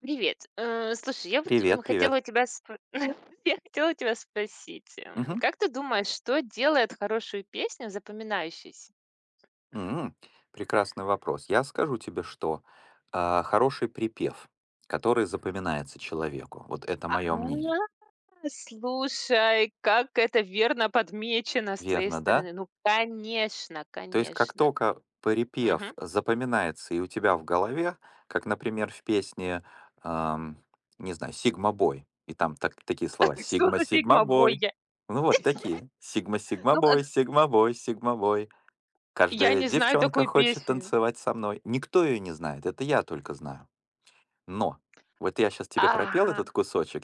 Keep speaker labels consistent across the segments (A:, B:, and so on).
A: Привет. Слушай, я вот
B: Привет,
A: хотела
B: привет.
A: у тебя спро- я хотела у тебя спросить,
B: Мгм.
A: как ты думаешь, что делает хорошую песню запоминающейся?
B: М, Прекрасный вопрос. Я скажу тебе, что хороший припев, который запоминается человеку, вот это
A: А,
B: мое мнение.
A: слушай, как это верно подмечено с твоей
B: Верно, да?
A: стороны. Ну, конечно,
B: То есть как
A: конечно.
B: только припев
A: Мгм.
B: запоминается и у тебя в голове, как, например, в песне, ам, не знаю, «Сигма Бой», и там такие слова
A: Что
B: «Сигма,
A: за
B: Сигма
A: фигма
B: Бой»,
A: бойя?
B: ну вот такие «Сигма, Сигма
A: Ну, как-
B: Бой, Сигма Бой, Сигма Бой».
A: я
B: Каждая
A: не знаю
B: девчонка
A: такую
B: хочет
A: песню.
B: танцевать со мной. Никто ее не знает, это я только знаю. Но вот я сейчас тебе пропел
A: Ага,
B: этот кусочек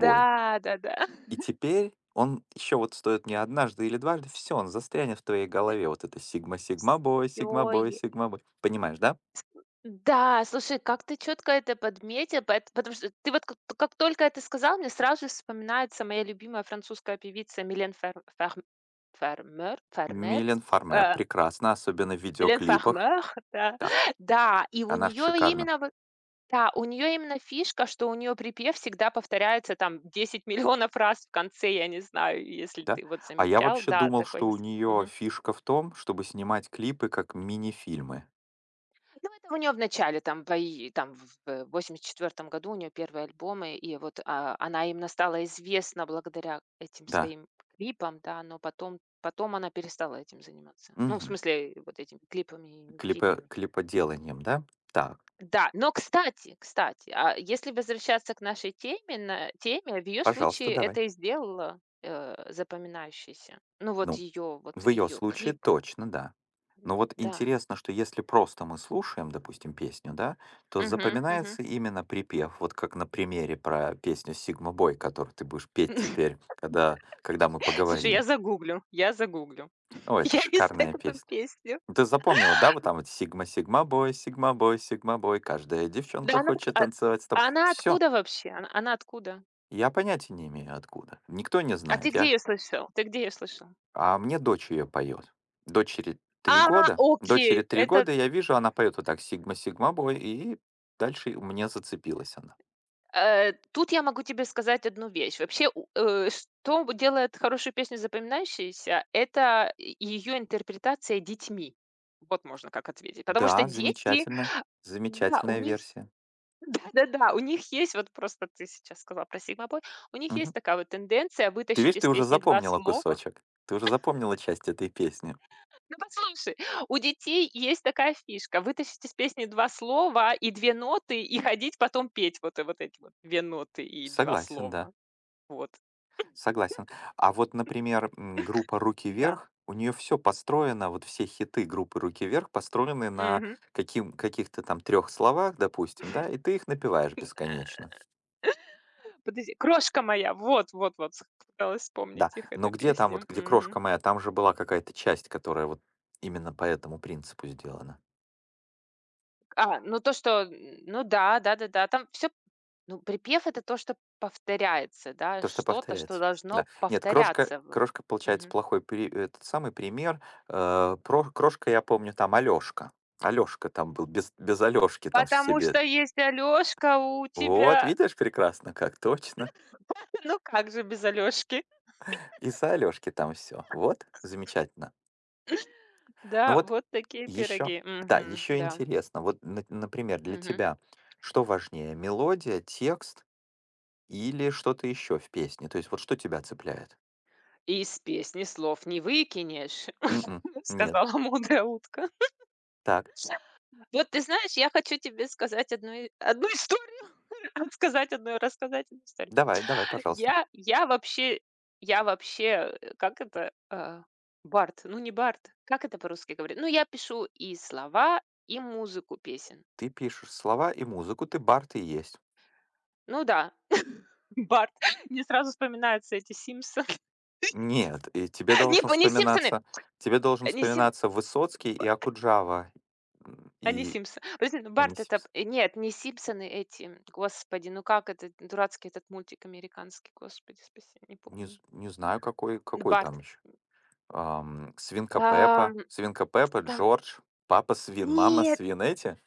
A: да, да, да.
B: и теперь он еще вот стоит не однажды или дважды, все, он застрянет в твоей голове. Вот это "Сигма Сигмабой,
A: Все.
B: Сигмабой, Сигмабой". Понимаешь, да?
A: Да, слушай, как ты четко это подметил, поэт, потому что ты вот как только это сказал, мне сразу же вспоминается моя любимая французская певица Милен Фер Ферм Фермер Фермер,
B: Милен Фармер
A: э,
B: прекрасна, особенно в
A: Милен
B: видеоклипах.
A: Фермер, да.
B: Да,
A: Да,
B: она шикарна,
A: у нее именно фишка, что у нее припев всегда повторяется там 10 миллионов раз в конце, я не знаю, если
B: да.
A: ты вот
B: А я
A: замечал.
B: вообще
A: Да,
B: думал,
A: такой
B: что у
A: есть.
B: нее фишка в том, чтобы снимать клипы как мини-фильмы.
A: Ну, это у нее в начале, там, в восемьдесят 84 году у нее первые альбомы, и вот, она именно стала известна благодаря этим
B: Да.
A: своим клипам, да, но потом она перестала этим заниматься. Ну, в
B: Мгм.
A: смысле, вот этими клипами и
B: Клипо
A: фильмами.
B: клиподеланием, да? Так,
A: Да, но, а если возвращаться к нашей теме, в ее
B: пожалуйста,
A: случае
B: давай.
A: это и сделало, запоминающейся. Ну, вот
B: Ну,
A: ее вот
B: в ее
A: ее
B: случае
A: клипы.
B: точно, да. Но вот
A: Да.
B: интересно, что если просто мы слушаем, допустим, песню, да, то
A: Мгм, мгм.
B: запоминается именно припев, вот как на примере про песню «Сигма Бой», которую ты будешь петь теперь, когда мы
A: Слушай,
B: поговорим.
A: я загуглю.
B: О, это
A: Я не знаю
B: шикарная
A: такую
B: песня.
A: песню.
B: Ну, ты запомнила, да, вот там вот «Сигма, Сигма Бой, Сигма Бой, Сигма Бой», каждая
A: Да
B: девчонка
A: она отк
B: хочет
A: а
B: танцевать с тобой.
A: она
B: Все,
A: откуда вообще? Она откуда?
B: я понятия не имею откуда. Никто не
A: А ты
B: знает.
A: где
B: Я
A: ее слышал? Ты где ее слышал?
B: А мне дочь ее поет. Дочери три
A: А,
B: года. Дочери
A: окей,
B: 3 года, я вижу, она поет вот так сигма-сигма-бой и дальше мне зацепилась она.
A: тут я могу тебе сказать одну вещь. Вообще, что делает хорошую песню запоминающейся — это ее интерпретация детьми. Вот можно как ответить. Потому что
B: Да,
A: дети,
B: замечательная,
A: да, у
B: замечательная
A: них
B: версия.
A: да-да-да, у них есть, вот просто ты сейчас сказала про сигмобой, у них есть
B: Мгм.
A: такая вот тенденция
B: Ты
A: вытащить
B: видишь,
A: из
B: ты уже
A: песни 2
B: запомнила
A: слова.
B: кусочек. Ты уже запомнила часть этой песни.
A: Ну, послушай, у детей есть такая фишка: вытащить из песни 2 слова и 2 ноты, и ходить потом петь вот, вот эти вот 2 ноты и 2
B: Согласен, да,
A: слова. Вот,
B: согласен. А вот, например, группа "Руки
A: да.
B: вверх", у нее все построено, вот все хиты группы "Руки вверх" построены на
A: Мгм.
B: каким каких-то там трех словах, допустим, да, и ты их напеваешь бесконечно.
A: Подожди, "Крошка моя", с пыталась
B: Да,
A: вспомнить их,
B: но
A: эту
B: где там вот,
A: песню.
B: где
A: Мгм.
B: "Крошка моя", там же была какая-то часть, которая вот именно по этому принципу сделана.
A: А, ну то, что, н ну да, да-да-да, там все. Ну, припев — это то, что повторяется, да,
B: То, что
A: что-то, что
B: повторяется. Да.
A: должно
B: Нет, "Крошка"
A: повторяться в...
B: "Крошка", получается,
A: Мгм.
B: плохой при. Этот самый пример. Про "Крошка", я помню, там Алёшка. Алёшка там был, без Алёшки там все.
A: Потому что
B: Бед
A: есть Алёшка у
B: Вот,
A: тебя.
B: видишь, прекрасно как, точно.
A: Ну, как же без Алёшки?
B: И за Алёшки там все. Вот, замечательно. Ну
A: Да,
B: вот
A: вот такие
B: еще
A: пироги.
B: да,
A: Мгм,
B: еще
A: да.
B: интересно, вот, на например, для
A: Мгм.
B: тебя что важнее: мелодия, текст, или что-то еще в песне? То есть вот что тебя цепляет?
A: "Из песни слов не выкинешь",
B: М, нет.
A: сказала мудрая утка.
B: Так,
A: Вот ты знаешь, я хочу тебе сказать одну историю, рассказать одну историю.
B: давай, давай, пожалуйста.
A: Я вообще, как это, бард, ну, не бард, как это по-русски говорят? Ну, я пишу и слова, и музыку песен.
B: Ты пишешь слова и музыку, ты бард и есть.
A: Ну да, бард. Мне сразу вспоминаются эти "Симпсоны".
B: Нет, и
A: Не, по, не "Симпсоны",
B: тебе должен
A: э, не "Сим"
B: вспоминаться Высоцкий и Акуджава,
A: они
B: и
A: Симпсоны. Подожди, ну, бард- это
B: Анисимс.
A: п нет, не "Симпсоны" эти, господи, ну как это дурацкий этот мультик американский, господи спаси, не
B: Не,
A: помню.
B: не знаю, какой
A: Барт.
B: там еще. Свинка
A: Ам,
B: Пеппа, Свинка Пеппа,
A: там
B: Джордж, Папа Свин, Мама
A: нет,
B: Свин, эти?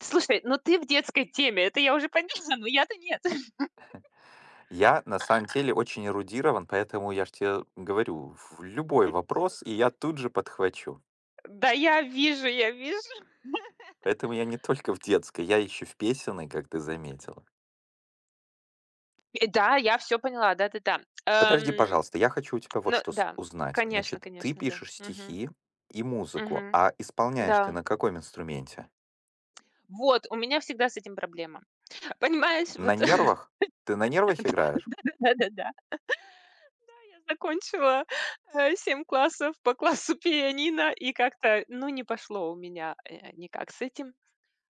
A: слушай, ну ты в детской теме, это я уже поняла, но я-то нет.
B: Я на самом деле очень эрудирован, поэтому я ж тебе говорю, в любой вопрос, и я тут же подхвачу.
A: Да, я вижу, я вижу.
B: Поэтому я не только в детской, я еще в песенной, как ты заметила.
A: И да, я все поняла, да-да-да.
B: Подожди,
A: Эм,
B: пожалуйста, я хочу у тебя вот
A: ну
B: что
A: да,
B: узнать.
A: конечно
B: Значит, ты
A: конечно, да.
B: пишешь
A: Мгм,
B: стихи и музыку,
A: мгм,
B: а исполняешь ты
A: да.
B: на каком инструменте?
A: Вот, у меня всегда с этим проблема. Понимаешь,
B: На
A: вот
B: нервах? Ты на нервах играешь?
A: да-да-да. Я закончила, 7 классов по классу пианино, и как-то, ну, не пошло у меня, никак с этим.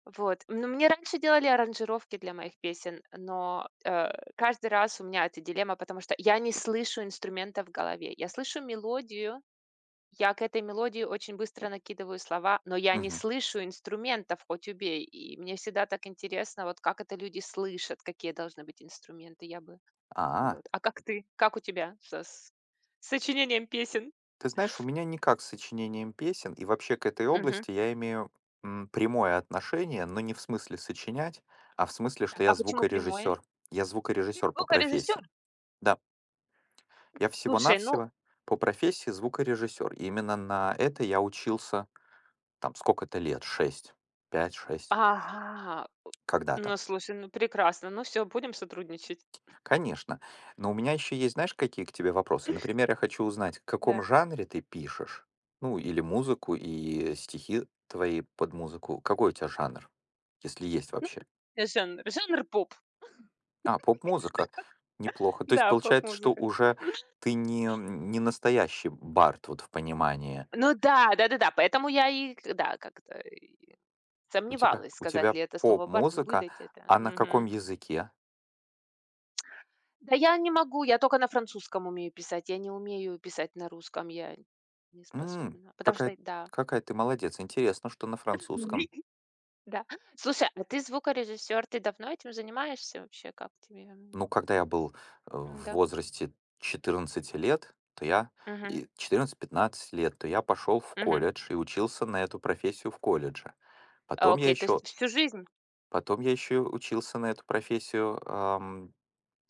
A: Вот. Ну, мне раньше делали аранжировки для моих песен, но, каждый раз у меня эта дилемма, потому что я не слышу инструмента в голове. Я слышу мелодию, я к этой мелодии очень быстро накидываю слова, но я не
B: Мгм.
A: слышу инструментов, хоть убей. И мне всегда так интересно, вот как это люди слышат, какие должны быть инструменты, я бы
B: А,
A: вот. А как ты? Как у тебя со с сочинением песен?
B: Ты знаешь, у меня никак с сочинением песен, и вообще к этой
A: Мгм.
B: области я имею прямое отношение, но не в смысле сочинять, а в смысле,
A: Так,
B: что
A: а
B: я
A: почему прямое?
B: звукорежиссер. Я
A: Ты
B: звукорежиссер по
A: звукорежиссёр?
B: профессии. Да, я
A: Слушай, ну.
B: всего-навсего по профессии звукорежиссер. И именно на это я учился там сколько-то лет, шесть, пять, шесть,
A: Ага. У
B: когда-то.
A: ну, слушай, ну прекрасно. Ну все, будем сотрудничать.
B: Конечно. Но у меня еще есть, знаешь, какие к тебе вопросы? Например, я хочу узнать, в каком
A: Да.
B: жанре ты пишешь? Ну, или музыку, и стихи твои под музыку. Какой у тебя жанр, если есть
A: Ну,
B: вообще?
A: жанр поп.
B: А, поп-музыка. Неплохо. То есть
A: Да,
B: получается, что
A: поп-музыка.
B: уже ты не настоящий бард вот в понимании.
A: Ну да, да-да-да, поэтому я и как-то и
B: У тебя,
A: сомневалась,
B: у
A: сказать
B: тебя
A: ли это слово "бард",
B: поп-музыка,
A: выдать это.
B: а на каком
A: Мгм.
B: языке?
A: Да я не могу, я только на французском умею писать, я не умею писать на русском, я не
B: М,
A: способна. Потому
B: какая,
A: что да.
B: какая ты молодец. Интересно, что на французском.
A: Да. Слушай, а ты звукорежиссер, ты давно этим занимаешься вообще? Как тебе?
B: Ну, когда я был, в
A: Да.
B: возрасте 14 лет, то я
A: Мгм,
B: и 14-15 лет, то я пошел в
A: мгм.
B: колледж и учился на эту профессию в колледже.
A: А,
B: Потом я
A: окей, то
B: еще
A: есть всю жизнь?
B: Потом я еще учился на эту профессию,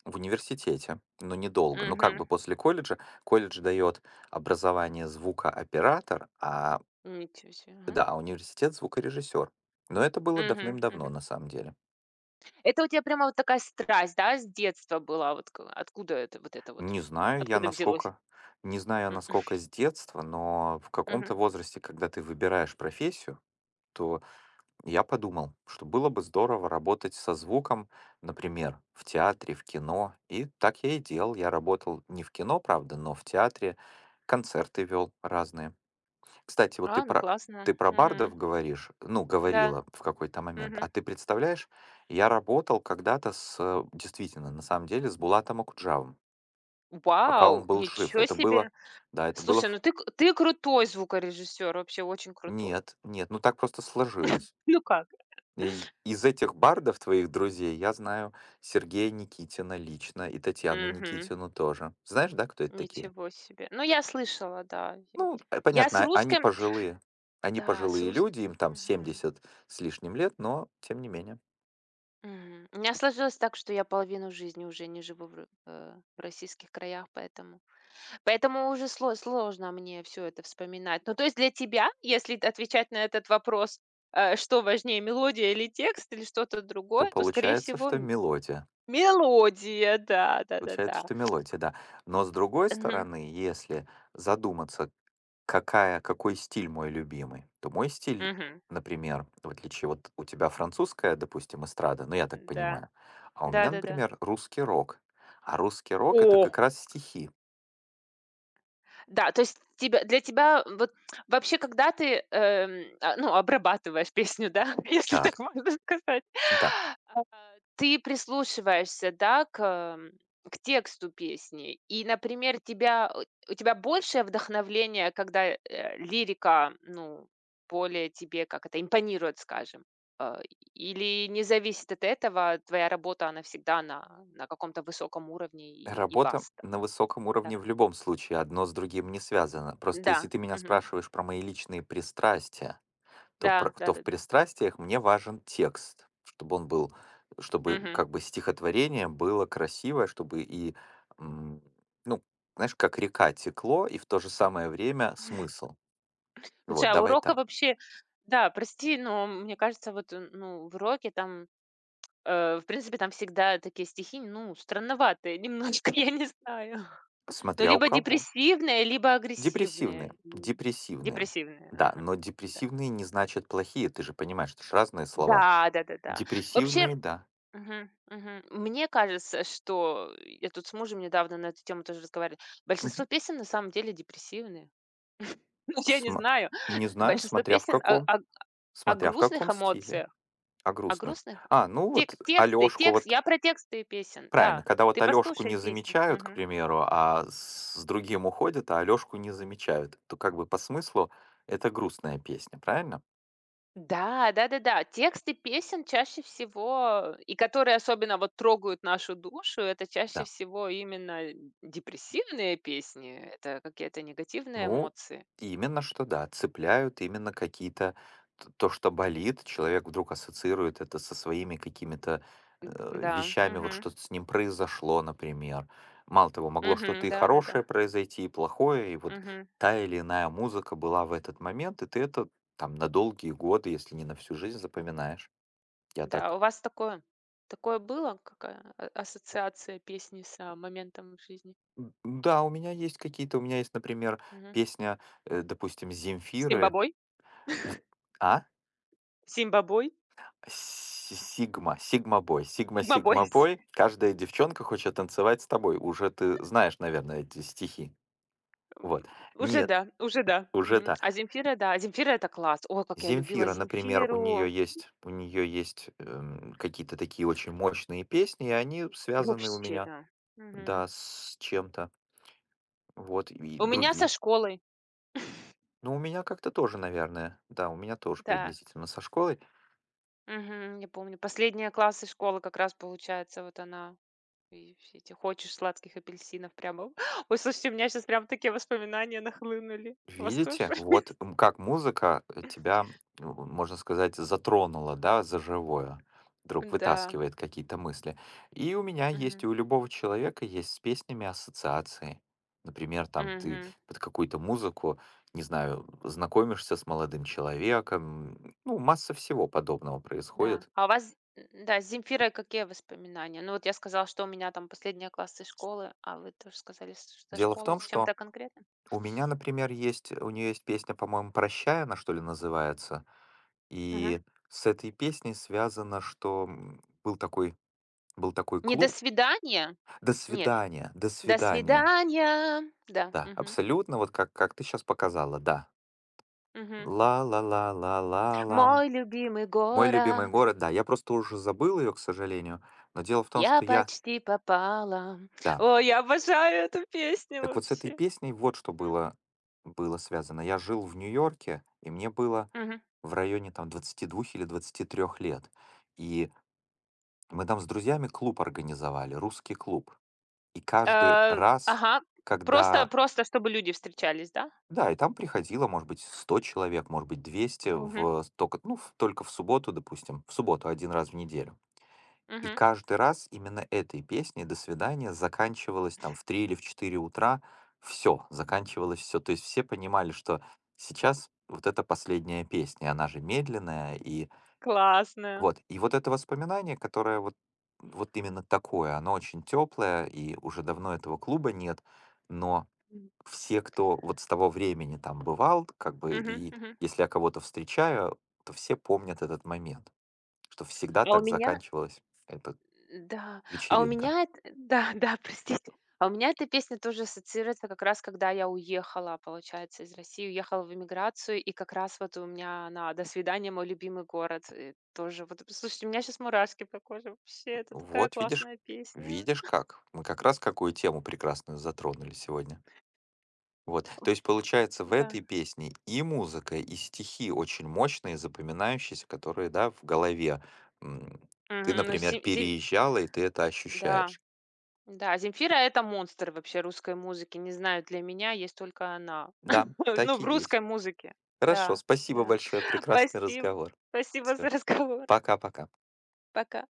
B: в университете, но недолго. Ну, как
A: Мгм.
B: бы после колледжа. Колледж дает образование звукооператор,
A: Ничего себе, ага.
B: да, а университет — звукорежиссер. Но это было
A: Мгм,
B: давным-давно,
A: мгм.
B: на самом деле.
A: Это у тебя прямо вот такая страсть, да, с детства была? Вот к откуда это вот это вот?
B: Не знаю я,
A: Откуда взялось?
B: насколько, не знаю я,
A: М,
B: насколько с детства, но в
A: мгм.
B: каком-то возрасте, когда ты выбираешь профессию, то я подумал, что было бы здорово работать со звуком, например, в театре, в кино. И так я и делал. Я работал не в кино, правда, но в театре, концерты вел разные. Кстати, вот ты
A: А, ну
B: про
A: классно.
B: ты про
A: Мгм.
B: бардов говоришь, ну,
A: Да.
B: говорила в какой-то момент.
A: Мгм.
B: А ты представляешь, я работал когда-то с, действительно, на самом деле, с Булатом Акуджавом. Пока
A: Вау!
B: он был жив.
A: Ничего
B: Это
A: себе!
B: было, да, это было
A: Слушай,
B: в,
A: ну ты крутой звукорежиссер, вообще очень крутой.
B: нет, нет, ну так просто сложилось.
A: Ну как?
B: И из этих бардов твоих друзей я знаю Сергея Никитина лично и Татьяну
A: Мгм.
B: Никитину тоже. Знаешь, да, кто это такие?
A: Ничего себе. Ну, я слышала, да. Я
B: Ну,
A: я с
B: понятно, а они
A: русским
B: пожилые. Они
A: да, с
B: пожилые
A: рус
B: люди, им там 70 с лишним лет, но тем не менее.
A: мгм. У меня сложилось так, что я половину жизни уже не живу в российских краях, поэтому уже сложно мне все это вспоминать. Ну, то есть для тебя, если т отвечать на этот вопрос, что важнее, мелодия или текст, или что-то
B: То
A: другое, то, скорее
B: получается,
A: всего,
B: что мелодия.
A: мелодия. Да,
B: Получается,
A: да-да-да.
B: что мелодия, да. Но с другой
A: Мгм,
B: стороны, если задуматься, Какая какой стиль мой любимый? То мой стиль,
A: мгм.
B: например, в отличие вот у тебя французская, допустим, эстрада, ну я так
A: Да.
B: понимаю, а у меня,
A: Да-да-да.
B: например, русский рок. А русский рок — это
A: О!
B: как раз стихи.
A: Да, то есть тебя для тебя вот вообще, когда ты, ну, обрабатываешь песню, да, если так
B: Так,
A: можно сказать,
B: да.
A: а, ты прислушиваешься, да, к тексту песни. И, например, тебя, у тебя большее вдохновление, когда лирика, ну, более тебе, как это, импонирует, скажем. Э, Или не зависит от этого, твоя работа, она всегда на каком-то высоком уровне и
B: Работа
A: баста.
B: на высоком
A: Да.
B: уровне в любом случае, одно с другим не связано. Просто если
A: Да.
B: ты меня спрашиваешь про мои личные пристрастия, то,
A: Да,
B: то в
A: да-да-да.
B: пристрастиях мне важен текст, чтобы он был, чтобы
A: Мгм.
B: как бы стихотворение было красивое, чтобы и, м, ну, знаешь, как река текло, и в то же самое время смысл.
A: Слушай,
B: Вот,
A: а
B: давай
A: урока
B: так.
A: вообще, да, прости, но мне кажется, вот, ну, в уроке там, в принципе, там всегда такие стихи, ну, странноватые немножко, я не знаю. Ну,
B: Смотря у
A: либо
B: кого.
A: депрессивные, либо агрессивные.
B: Депрессивные.
A: М.
B: Депрессивные.
A: Депрессивные,
B: Да,
A: ага.
B: но
A: Да.
B: депрессивные не значит плохие, ты же понимаешь, это же разные слова.
A: Да, да-да-да. Вообще
B: Депрессивные, да.
A: мгм, мгм. Мне кажется, что я тут с мужем недавно на эту тему тоже разговаривали. Большинство
B: Мгм.
A: песен на самом деле депрессивные. Ну, я не
B: См-
A: знаю.
B: Не знаю,
A: Большинство песен. О
B: смотря в
A: грустных
B: каком стиле,
A: эмоциях,
B: о
A: о
B: грустных.
A: грустных.
B: А, ну вот
A: Тексты,
B: Алёшку,
A: текст
B: вот.
A: я про тексты песен,
B: Правильно,
A: да.
B: когда
A: Ты
B: вот Алёшку
A: послушай
B: не
A: песни.
B: замечают, к
A: Мгм.
B: примеру, а с другим уходят, а Алёшку не замечают, то как бы по смыслу это грустная песня, правильно?
A: Да, да-да-да. Тексты песен чаще всего, и которые особенно вот трогают нашу душу, это чаще
B: Да.
A: всего именно депрессивные песни, это какие-то негативные
B: Ну,
A: эмоции.
B: именно что да, цепляют именно какие-то то, что болит, человек вдруг ассоциирует это со своими какими-то
A: М, д да,
B: вещами, вот
A: мгм,
B: что-то с ним произошло, например. Мало того, могло что-то
A: мгм,
B: и
A: да-да-да,
B: хорошее произойти, и плохое, и вот
A: мгм.
B: та или иная музыка была в этот момент, и ты это там на долгие годы, если не на всю жизнь, запоминаешь. Я
A: Да,
B: так.
A: у вас такое было, какая ассоциация песни моментом в жизни?
B: Да, у меня есть какие-то, у меня есть, например,
A: Мгм.
B: песня, допустим,
A: С
B: Земфиры.
A: Зимбабwe?
B: З- А?
A: Симбабой?
B: Си Сигма, бой, Сигма,
A: Симбабой,
B: сигма бой. Каждая девчонка хочет танцевать с тобой. Уже ты знаешь, наверное, эти стихи.
A: м,
B: Вот.
A: уже
B: Нет,
A: да, уже да.
B: уже
A: Мгм.
B: да.
A: А Земфира, да, Земфира — это класс. Ой, как я любила
B: Земфира, например,
A: Земфиру.
B: у нее есть какие-то такие очень мощные песни, и они связаны у
A: Вообще,
B: меня,
A: да. Мгм.
B: да, с чем-то. Вот, и
A: У меня со
B: другие.
A: школой,
B: Ну, у меня как-то тоже, наверное, да, у меня тоже
A: да.
B: приблизительно со школой.
A: Мгм. Я помню, последние классы школы как раз, получается, вот она и все эти "Хочешь сладких апельсинов?" Прямо Ой, слушайте, у меня сейчас прям такие воспоминания нахлынули. У вас тоже?
B: Видите, вот, как музыка, тебя, можно сказать, затронула, да, за живое. Вдруг
A: Да.
B: вытаскивает какие-то мысли. И у меня есть, и у
A: Мгм.
B: любого человека есть с песнями ассоциации. Например, там ты
A: Мгм.
B: под какую-то музыку, не знаю, знакомишься с молодым человеком. Ну, масса всего подобного
A: Да.
B: происходит.
A: А у вас, да, с Земфирой какие воспоминания? Ну, вот я сказала, что у меня там последние классы школы, а вы тоже сказали, что
B: Дело в
A: школа
B: том,
A: с
B: что
A: чем-то конкретным?
B: у меня, например, есть, у нее есть песня, по-моему, "Прощай" она, что ли, называется.
A: Мгм.
B: И с этой песней связано, что, был такой
A: Не до
B: клуб
A: свидания?
B: "До
A: Нет.
B: свидания, до
A: До
B: свидания".
A: свидания. Да.
B: Да,
A: Мгм,
B: абсолютно, вот как ты сейчас показала, да.
A: мгм.
B: Ла ла ла ла ла лам.
A: Мой любимый
B: Мой любимый
A: город.
B: город, да. Я просто уже забыл ее, к сожалению, но дело в том,
A: Я
B: что я,
A: почти попала.
B: да.
A: О, я обожаю эту песню
B: Так вот с этой
A: вообще.
B: песней вот что
A: М,
B: было связано. Я жил в Нью-Йорке, и мне было
A: мгм.
B: в районе там двадцати двух или 23 лет. И мы там с друзьями клуб организовали, русский клуб. И каждый раз,
A: Ага. Просто,
B: когда,
A: чтобы люди встречались, да?
B: да, и там приходило, может быть, 100 человек, может быть, 200,
A: Мгм,
B: в только в субботу, допустим, в субботу один раз в неделю. И
A: мгм.
B: каждый раз именно этой песней "До свидания" заканчивалось там в 3 или в 4 утра. Все, заканчивалось все. То есть все понимали, что сейчас вот это последняя песня, и она же медленная, и
A: Классно.
B: вот. И вот это воспоминание, которое вот именно такое, оно очень теплое, и уже давно этого клуба нет, но все, кто вот с того времени там бывал, как бы,
A: Мгм,
B: и
A: мгм.
B: если я кого-то встречаю, то все помнят этот момент, что всегда
A: А у
B: так
A: меня,
B: заканчивалась эта
A: да, а у
B: вечеринка.
A: меня эт да, да, простите. А у меня эта песня тоже ассоциируется как раз, когда я уехала, получается, из России, уехала в эмиграцию, и как раз вот у меня она "До свидания, мой любимый город", тоже вот. Слушайте, у меня сейчас мурашки по коже вообще, это такая
B: Вот видишь,
A: классная песня.
B: видишь как. Мы как раз какую тему прекрасную затронули сегодня. Вот, то есть получается в этой
A: Да.
B: песне и музыка, и стихи очень мощные, запоминающиеся, которые, да, в голове. М, Ты,
A: Мгм. Ну,
B: например,
A: си зи
B: переезжала, и ты это
A: да,
B: ощущаешь.
A: да, Земфира — это монстр вообще русской музыки. Не знаю, для меня есть только она.
B: Да,
A: Ну,
B: так и
A: в
B: есть.
A: русской музыке.
B: Хорошо,
A: Да,
B: спасибо
A: да.
B: большое, прекрасный
A: Спасибо.
B: разговор.
A: Спасибо за
B: Всё,
A: разговор.
B: пока-пока.
A: Пока.